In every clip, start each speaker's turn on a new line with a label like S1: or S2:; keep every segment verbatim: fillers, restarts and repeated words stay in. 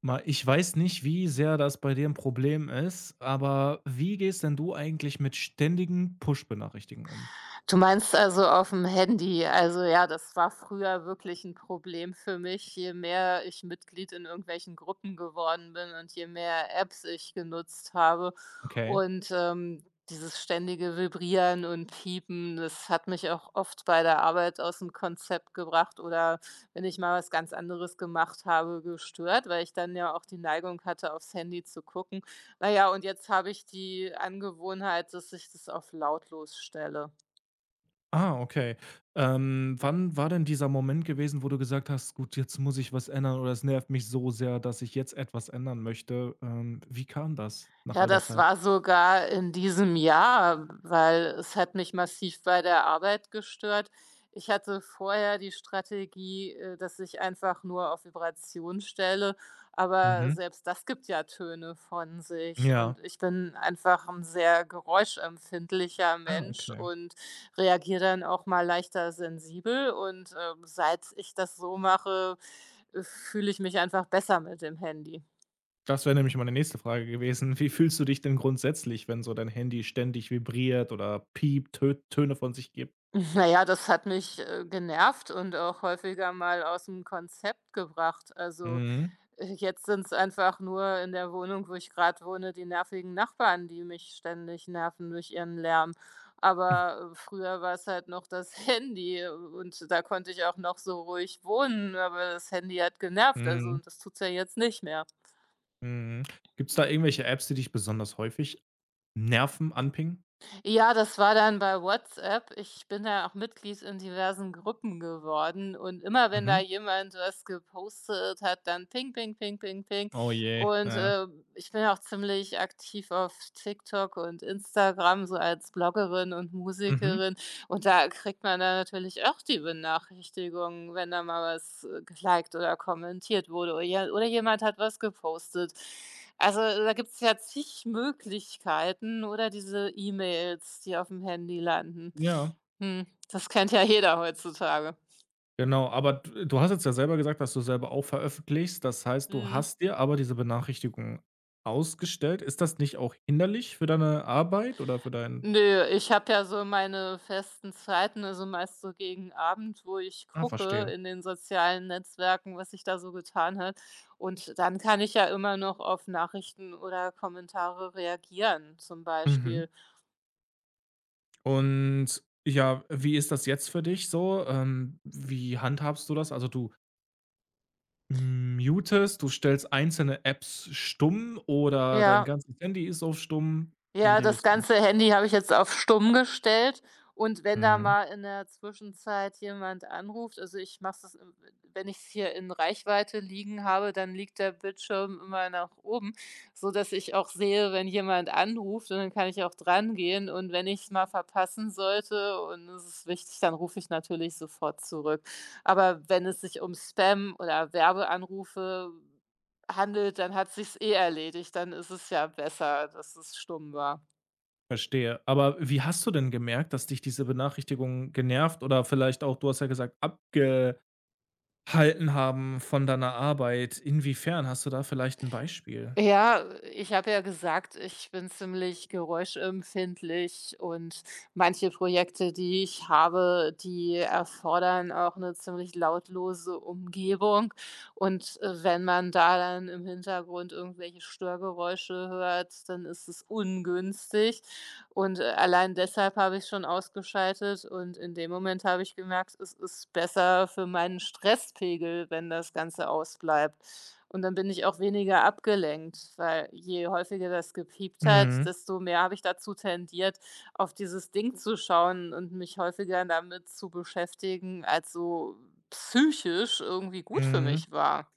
S1: Mal, ich weiß nicht, wie sehr das bei dir ein Problem ist, aber wie gehst denn du eigentlich mit ständigen Push-Benachrichtigungen um?
S2: Du meinst also auf dem Handy? Also ja, das war früher wirklich ein Problem für mich. Je mehr ich Mitglied in irgendwelchen Gruppen geworden bin und je mehr Apps ich genutzt habe
S1: Okay.
S2: und, ähm, dieses ständige Vibrieren und Piepen, das hat mich auch oft bei der Arbeit aus dem Konzept gebracht oder wenn ich mal was ganz anderes gemacht habe, gestört, weil ich dann ja auch die Neigung hatte, aufs Handy zu gucken. Na ja, und jetzt habe ich die Angewohnheit, dass ich das auf lautlos stelle.
S1: Ah, okay. Ähm, wann war denn dieser Moment gewesen, wo du gesagt hast: „Gut, jetzt muss ich was ändern oder es nervt mich so sehr, dass ich jetzt etwas ändern möchte?“ Ähm, wie kam das nach
S2: Ja,
S1: all der
S2: das
S1: Zeit?
S2: war sogar in diesem Jahr, weil es hat mich massiv bei der Arbeit gestört. Ich hatte vorher die Strategie, äh, dass ich einfach nur auf Vibration stelle, aber
S1: Mhm.
S2: selbst das gibt ja Töne von sich und
S1: Ja.
S2: ich bin einfach ein sehr geräuschempfindlicher
S1: Ah,
S2: Mensch
S1: okay.
S2: und reagiere dann auch mal leichter sensibel und, ähm, seit ich das so mache, äh, fühle ich mich einfach besser mit dem Handy.
S1: Das wäre nämlich meine nächste Frage gewesen. Wie fühlst du dich denn grundsätzlich, wenn so dein Handy ständig vibriert oder piept, Tö Töne von sich gibt?
S2: Na ja, das hat mich, äh, genervt und auch häufiger mal aus dem Konzept gebracht. Also,
S1: Mhm.
S2: äh, jetzt sind es einfach nur in der Wohnung, wo ich gerade wohne, die nervigen Nachbarn, die mich ständig nerven durch ihren Lärm. Aber, äh, früher war es halt noch das Handy äh, und da konnte ich auch noch so ruhig wohnen, aber das Handy hat genervt, also
S1: Mhm.
S2: und das tut's ja jetzt nicht mehr.
S1: Mhm. Gibt's da irgendwelche Apps, die dich besonders häufig nerven, anpingen?
S2: Ja, das war dann bei WhatsApp. Ich bin da auch Mitglied in diversen Gruppen geworden und immer wenn da
S1: Mhm.
S2: jemand was gepostet hat, dann ping, ping, ping, ping, ping.
S1: Oh je,
S2: Und
S1: ja.
S2: äh, ich bin auch ziemlich aktiv auf TikTok und Instagram, so als Bloggerin und
S1: Mhm.
S2: Musikerin. Und da kriegt man dann natürlich auch die Benachrichtigung, wenn da mal was, äh, geliked oder kommentiert wurde oder je oder jemand hat was gepostet. Also, da gibt es ja zig Möglichkeiten oder diese E-Mails, die auf dem Handy landen.
S1: Ja,
S2: Mhm, das kennt ja jeder heutzutage.
S1: genau. Aber d du hast jetzt ja selber gesagt, dass du selber auch veröffentlichst. Das heißt, du
S2: Mhm.
S1: hast dir aber diese Benachrichtigung ausgestellt. Ist das nicht auch hinderlich für deine Arbeit oder für dein
S2: Nö, ich habe ja so meine festen Zeiten, also meist so gegen Abend, wo ich
S1: ah,
S2: gucke
S1: verstehe.
S2: in den sozialen Netzwerken, was sich da so getan hat. Und dann kann ich ja immer noch auf Nachrichten oder Kommentare reagieren, zum
S1: Mhm.
S2: Beispiel.
S1: Und ja, wie ist das jetzt für dich so? Ähm, wie handhabst du das? Also, du Mm, Mutest, du stellst einzelne Apps stumm oder dein
S2: Ja.
S1: ganzes Handy ist auf stumm? Wie
S2: Ja, das
S1: regelst du
S2: ganze
S1: das?
S2: Handy habe ich jetzt auf stumm gestellt und wenn da
S1: Mhm,
S2: mal in der Zwischenzeit jemand anruft also, ich mache es ähm, wenn ich's hier in Reichweite liegen habe, dann liegt der Bildschirm immer nach oben, so dass ich auch sehe, wenn jemand anruft und dann kann ich auch drangehen und wenn ich's mal verpassen sollte und es ist wichtig, dann rufe ich natürlich sofort zurück. Aber wenn es sich um Spam oder Werbeanrufe handelt, dann hat sich's eh erledigt, dann ist es ja besser, dass es stumm war.
S1: verstehe. Aber wie hast du denn gemerkt, dass dich diese Benachrichtigungen genervt oder vielleicht auch, du hast ja gesagt, abgehalten haben von deiner Arbeit? Inwiefern? Hast du da vielleicht ein Beispiel?
S2: Ja, ich habe ja gesagt, ich bin ziemlich geräuschempfindlich und manche Projekte, die ich habe, die erfordern auch eine ziemlich lautlose Umgebung. Und, äh, wenn man da dann im Hintergrund irgendwelche Störgeräusche hört, dann ist es ungünstig. Und, äh, allein deshalb habe ich schon ausgeschaltet und in dem Moment habe ich gemerkt, es ist besser für meinen Stresspegel, wenn das Ganze ausbleibt. Und dann bin ich auch weniger abgelenkt, weil je häufiger das gepiept hat,
S1: Mhm,
S2: desto mehr habe ich dazu tendiert, auf dieses Ding zu schauen und mich häufiger damit zu beschäftigen, als so psychisch irgendwie gut für
S1: mhm.
S2: mich war.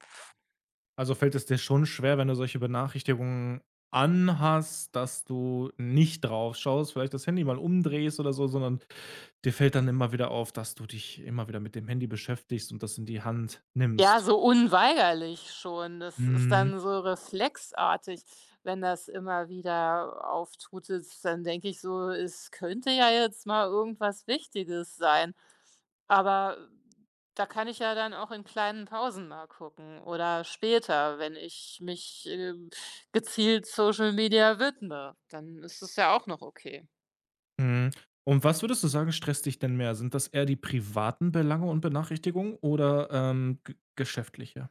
S1: Also, fällt es dir schon schwer, wenn du solche Benachrichtigungen an hast, dass du nicht drauf schaust, vielleicht das Handy mal umdrehst oder so, sondern dir fällt dann immer wieder auf, dass du dich immer wieder mit dem Handy beschäftigst und das in die Hand
S2: Ja,
S1: nimmst.
S2: so unweigerlich schon. Das ist
S1: Mhm,
S2: dann so reflexartig, wenn das immer wieder auftutet. Dann denke ich so, es könnte ja jetzt mal irgendwas Wichtiges sein. Aber da kann ich ja dann auch in kleinen Pausen mal gucken oder später, wenn ich mich, ähm, gezielt Social Media widme, dann ist es ja auch noch okay.
S1: mhm. Und was würdest du sagen, stresst dich denn mehr? Sind das eher die privaten Belange und Benachrichtigungen oder, ähm, g geschäftliche?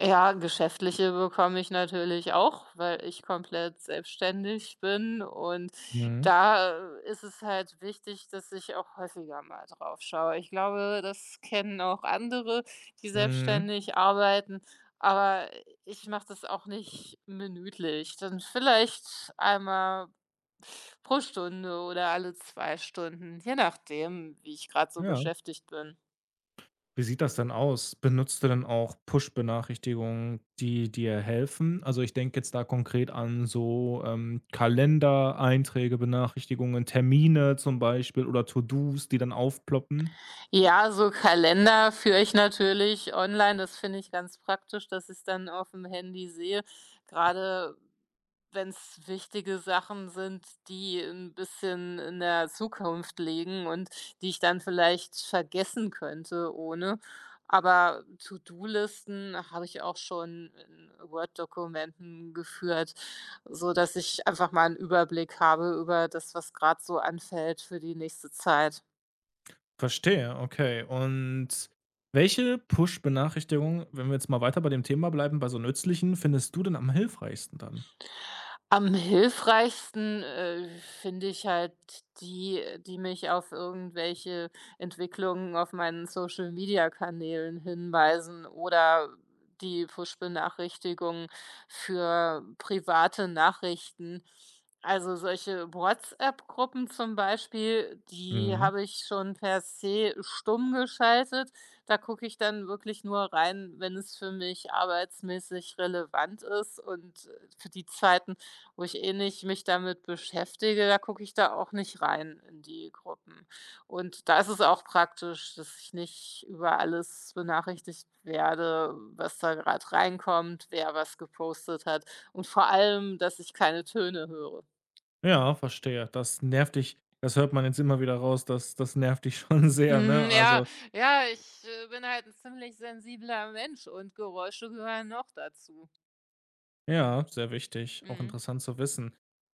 S2: Ja, geschäftliche bekomme ich natürlich auch, weil ich komplett selbstständig bin und
S1: Mhm,
S2: da, äh, ist es halt wichtig, dass ich auch häufiger mal drauf schaue. Ich glaube, das kennen auch andere, die
S1: mhm,
S2: selbstständig arbeiten, aber ich mache das auch nicht minütlich, dann vielleicht einmal pro Stunde oder alle zwei Stunden, je nachdem, wie ich gerade so
S1: ja.
S2: beschäftigt bin.
S1: Wie sieht das denn aus? Benutzt du denn auch Push-Benachrichtigungen, die dir helfen? Also, ich denke jetzt da konkret an so, ähm, Kalender, einträge Benachrichtigungen, Termine zum Beispiel oder To-dos, die dann aufploppen.
S2: Ja, so Kalender führe ich natürlich online. Das finde ich ganz praktisch, dass ich es dann auf dem Handy sehe. Gerade wenn es wichtige Sachen sind, die ein bisschen in der Zukunft liegen und die ich dann vielleicht vergessen könnte ohne. Aber To-do-Listen habe ich auch schon in Word-Dokumenten geführt, so dass ich einfach mal einen Überblick habe über das, was gerade so anfällt für die nächste Zeit.
S1: Verstehe, okay. Und welche Push-Benachrichtigung, wenn wir jetzt mal weiter bei dem Thema bleiben, bei so nützlichen, findest du denn am hilfreichsten dann?
S2: Am hilfreichsten, äh, finde ich halt die, die mich auf irgendwelche Entwicklungen auf meinen Social-Media-Kanälen hinweisen oder die Push-Benachrichtigungen für private Nachrichten. Also solche WhatsApp-Gruppen zum Beispiel, die
S1: Mhm.
S2: habe ich schon per se stumm geschaltet. Da gucke ich dann wirklich nur rein, wenn es für mich arbeitsmäßig relevant ist und äh, für die Zeiten, wo ich eh nicht mich damit beschäftige, da gucke ich da auch nicht rein in die Gruppen. Und da ist es auch praktisch, dass ich nicht über alles benachrichtigt werde, was da gerade reinkommt, wer was gepostet hat und vor allem, dass ich keine Töne höre.
S1: Ja, verstehe. Das nervt dich. Das hört man jetzt immer wieder raus, das das nervt dich schon sehr, ne?
S2: Mhm, ja,
S1: Also,
S2: ja, ich, äh, bin halt ein ziemlich sensibler Mensch und Geräusche gehören noch dazu.
S1: ja, sehr wichtig, auch
S2: Mhm.
S1: interessant zu wissen.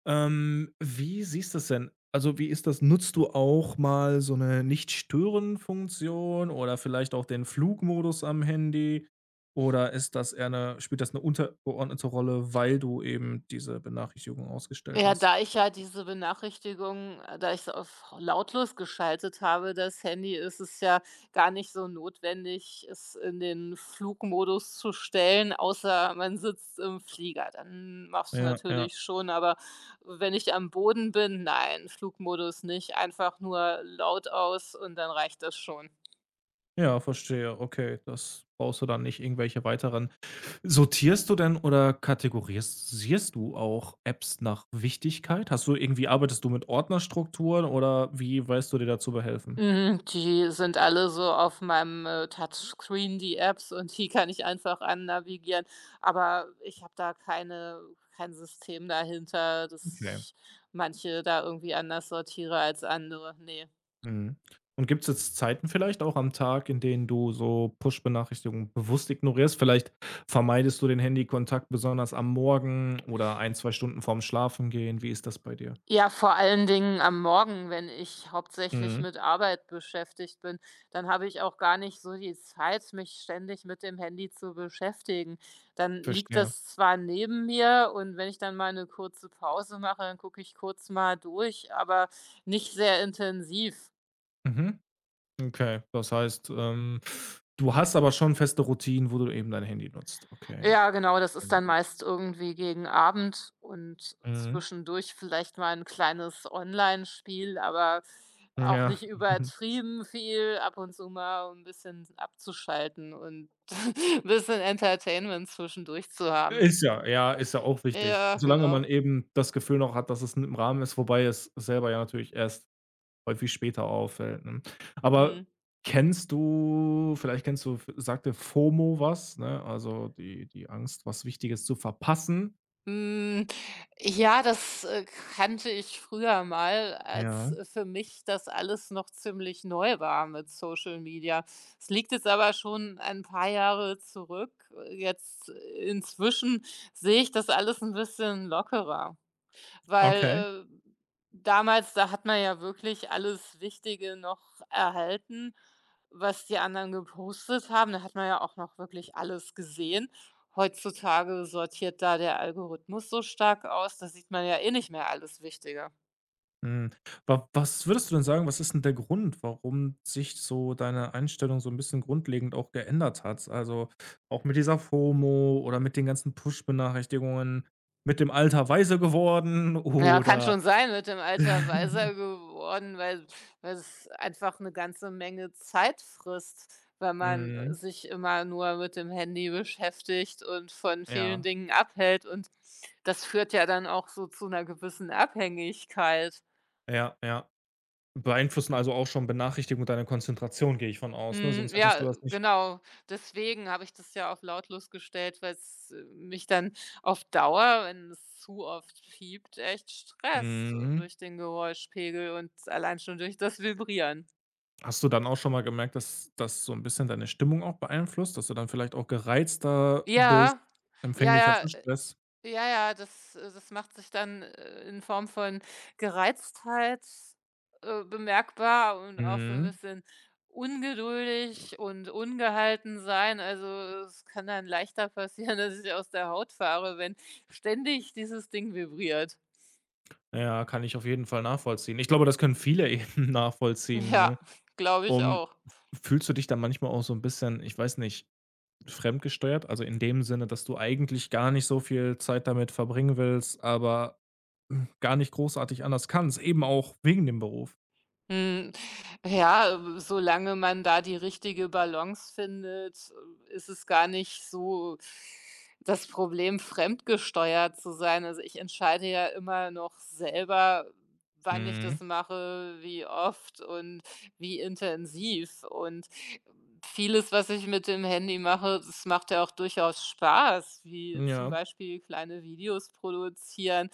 S1: Ähm, wie siehst du es denn? Also, wie ist das? Nutzt du auch mal so eine Nicht-Stören-Funktion oder vielleicht auch den Flugmodus am Handy? Oder ist das eher eine spielt das eine untergeordnete Rolle, weil du eben diese Benachrichtigung ausgestellt
S2: Ja,
S1: hast?
S2: da ich ja diese Benachrichtigungen äh, da ich's auf lautlos geschaltet habe, das Handy, ist es ja gar nicht so notwendig, es in den Flugmodus zu stellen, außer man sitzt im Flieger. Dann machst du
S1: Ja, ja.
S2: natürlich schon, aber wenn ich am Boden bin, nein, Flugmodus nicht, einfach nur laut aus und dann reicht das schon.
S1: Ja, verstehe. Okay, das brauchst du dann nicht irgendwelche weiteren Sortierst du denn oder kategorisierst du auch Apps nach Wichtigkeit? Hast du irgendwie arbeitest du mit Ordnerstrukturen oder wie weißt du dir dazu behelfen?
S2: Mhm, die sind alle so auf meinem, äh, Touchscreen, die Apps, und die kann ich einfach annavigieren. Aber ich habe da keine kein System dahinter, dass
S1: Okay.
S2: ich manche da irgendwie anders sortiere als andere. Ne.
S1: Mhm. Und gibt es jetzt Zeiten vielleicht auch am Tag, in denen du so Push-Benachrichtigungen bewusst ignorierst? Vielleicht vermeidest du den Handykontakt besonders am Morgen oder ein zwei Stunden vorm Schlafengehen. Wie ist das bei dir?
S2: Ja, vor allen Dingen am Morgen, wenn ich hauptsächlich
S1: Mhm,
S2: mit Arbeit beschäftigt bin, dann habe ich auch gar nicht so die Zeit, mich ständig mit dem Handy zu beschäftigen. Dann liegt
S1: verstehe.
S2: das zwar neben mir und wenn ich dann mal eine kurze Pause mache, dann gucke ich kurz mal durch, aber nicht sehr intensiv.
S1: Mhm. Okay, das heißt, ähm, du hast aber schon feste Routinen, wo du eben dein Handy nutzt. Okay.
S2: Ja, genau, das ist dann meist irgendwie gegen Abend und
S1: Mhm.
S2: zwischendurch vielleicht mal ein kleines Online-Spiel, aber auch
S1: Ja.
S2: nicht übertrieben viel, ab und zu mal, um 'n bisschen abzuschalten und ein bisschen Entertainment zwischendurch zu haben.
S1: Ist ja ja, ist ja auch wichtig.
S2: Ja,
S1: Solange man
S2: genau.
S1: eben das Gefühl noch hat, dass es im Rahmen ist, wobei es selber ja natürlich erst häufig später auffällt, ne? Aber
S2: Mhm.
S1: kennst du vielleicht kennst du sagte FOMO was, ne? Also, die die Angst, was Wichtiges zu verpassen?
S2: Hm, ja, das, äh, kannte ich früher mal,
S1: Ja,
S2: als äh, für mich das alles noch ziemlich neu war mit Social Media. Es liegt jetzt aber schon ein paar Jahre zurück. Jetzt äh, inzwischen sehe ich das alles ein bisschen lockerer.
S1: okay.
S2: Weil, äh, damals, da hat man ja wirklich alles Wichtige noch erhalten, was die anderen gepostet haben. Da hat man ja auch noch wirklich alles gesehen. Heutzutage sortiert da der Algorithmus so stark aus, da sieht man ja eh nicht mehr alles Wichtige.
S1: Hm, wa was würdest du denn sagen, was ist denn der Grund, warum sich so deine Einstellung so 'n bisschen grundlegend auch geändert hat? Also, auch mit dieser FOMO oder mit den ganzen Push-Benachrichtigungen, mit dem Alter weise geworden
S2: Ja, kann
S1: oder
S2: schon sein, mit dem Alter weiser geworden, weil weil es einfach eine ganze Menge Zeit frisst, weil man, äh,
S1: mhm,
S2: sich immer nur mit dem Handy beschäftigt und von vielen
S1: ja,
S2: Dingen abhält und das führt ja dann auch so zu einer gewissen Abhängigkeit.
S1: ja, ja. Beeinflussen also auch schon Benachrichtigungen deine Konzentration, gehe ich von aus, ne?
S2: Mhm,
S1: Sonst hättest du
S2: ja,
S1: das nicht
S2: genau. Deswegen habe ich das ja auf lautlos gestellt, weil's, äh, mich dann auf Dauer, wenn es zu oft piept, echt stresst, äh,
S1: mhm.
S2: durch den Geräuschpegel und allein schon durch das Vibrieren.
S1: Hast du dann auch schon mal gemerkt, dass das so 'n bisschen deine Stimmung auch beeinflusst, dass du dann vielleicht auch gereizter bist,
S2: Ja, ja,
S1: empfänglicher
S2: ja,
S1: für Stress?
S2: ja, ja, das äh, das macht sich dann, äh, in Form von Gereiztheit, äh, bemerkbar und auch so ein
S1: Mhm.
S2: bisschen ungeduldig und ungehalten sein. Also, es kann dann leichter passieren, dass ich aus der Haut fahre, wenn ständig dieses Ding vibriert.
S1: Ja, kann ich auf jeden Fall nachvollziehen. Ich glaube, das können viele eben nachvollziehen, ne?
S2: Ja, glaube ich
S1: Und
S2: auch.
S1: f fühlst du dich dann manchmal auch so 'n bisschen, ich weiß nicht, fremdgesteuert? Also, in dem Sinne, dass du eigentlich gar nicht so viel Zeit damit verbringen willst, aber gar nicht großartig anders kannst, eben auch wegen dem Beruf?
S2: Hm, ja, äh, solange man da die richtige Balance findet, äh, ist es gar nicht so das Problem, fremdgesteuert zu sein. Also, ich entscheide ja immer noch selber, wann ich
S1: Mhm.
S2: das mache, wie oft und wie intensiv. Und vieles, was ich mit dem Handy mache, das macht ja auch durchaus Spaß, wie zum
S1: Ja.
S2: Beispiel kleine Videos produzieren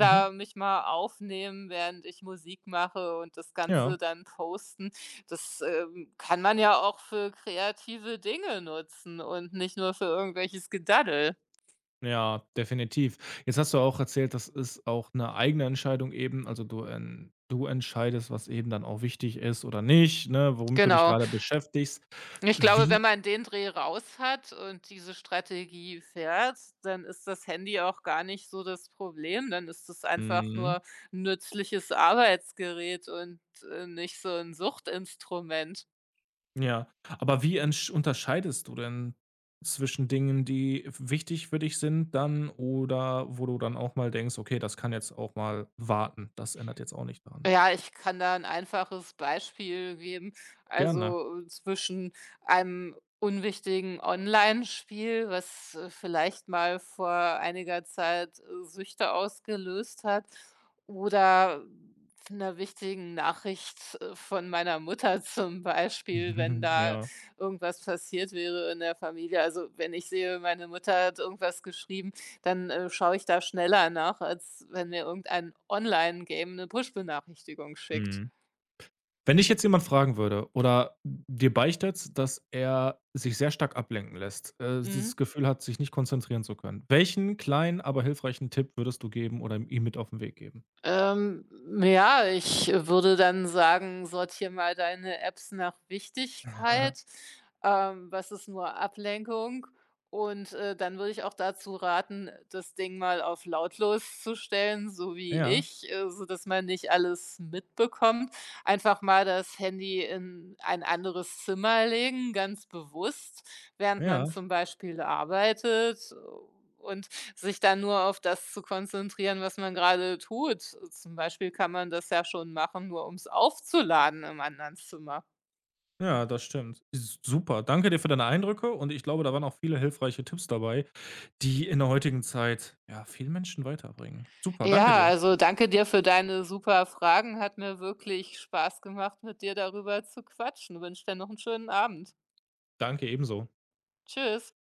S1: Mhm.
S2: mich mal aufnehmen, während ich Musik mache und das
S1: Ja.
S2: Ganze dann posten. Das, ähm, kann man ja auch für kreative Dinge nutzen und nicht nur für irgendwelches Gedaddel.
S1: Ja, definitiv. Jetzt hast du auch erzählt, das ist auch eine eigene Entscheidung eben. Also, du en du entscheidest, was eben dann auch wichtig ist oder nicht, ne, womit du dich
S2: Genau.
S1: gerade beschäftigst.
S2: Ich glaube,
S1: Wie
S2: wenn man den Dreh raus hat und diese Strategie fährt, dann ist das Handy auch gar nicht so das Problem. Dann ist es einfach
S1: mhm,
S2: nur 'n nützliches Arbeitsgerät und, äh, nicht so ein Suchtinstrument.
S1: ja. Aber wie entsch unterscheidest du denn zwischen Dingen, die wichtig für dich sind dann oder wo du dann auch mal denkst: „Okay, das kann jetzt auch mal warten. Das ändert jetzt auch nicht daran.“
S2: Ja, ich kann da ein einfaches Beispiel geben.
S1: Gerne.
S2: Also, äh, zwischen einem unwichtigen Online-Spiel, was, äh, vielleicht mal vor einiger Zeit, äh, Süchte ausgelöst hat, oder einer wichtigen Nachricht, äh, von meiner Mutter zum Beispiel, wenn da
S1: Ja,
S2: irgendwas passiert wäre in der Familie. Also, wenn ich sehe, meine Mutter hat irgendwas geschrieben dann, äh, schaue ich da schneller nach, als wenn mir irgendein Online-Game eine Push-Benachrichtigung schickt.
S1: mhm. Wenn dich jetzt jemand fragen würde oder dir beichtet, dass er sich sehr stark ablenken lässt, äh, das
S2: Mhm.
S1: Gefühl hat, sich nicht konzentrieren zu können. Welchen kleinen, aber hilfreichen Tipp würdest du geben oder ihm mit auf den Weg geben?
S2: Ähm, ja, ich würde dann sagen: „Sortiere mal deine Apps nach
S1: Aha.
S2: Wichtigkeit. Ähm, was ist nur Ablenkung?“ Und, äh, dann würde ich auch dazu raten, das Ding mal auf lautlos zu stellen, so wie
S1: Ja,
S2: ich, äh, sodass man nicht alles mitbekommt. Einfach mal das Handy in ein anderes Zimmer legen, ganz bewusst. Während man
S1: ja,
S2: zum Beispiel arbeitet und sich dann nur auf das zu konzentrieren, was man gerade tut. Zum Beispiel kann man das ja schon machen, nur um's aufzuladen im anderen Zimmer.
S1: ja, das stimmt. Ist super. Danke dir für deine Eindrücke und ich glaube, da waren auch viele hilfreiche Tipps dabei, die in der heutigen Zeit, ja, vielen Menschen weiterbringen. Super, danke
S2: Ja,
S1: dir.
S2: also danke dir für deine super Fragen. Hat mir wirklich Spaß gemacht, mit dir darüber zu quatschen. Wünsche dir noch einen schönen Abend.
S1: Danke ebenso.
S2: Tschüss.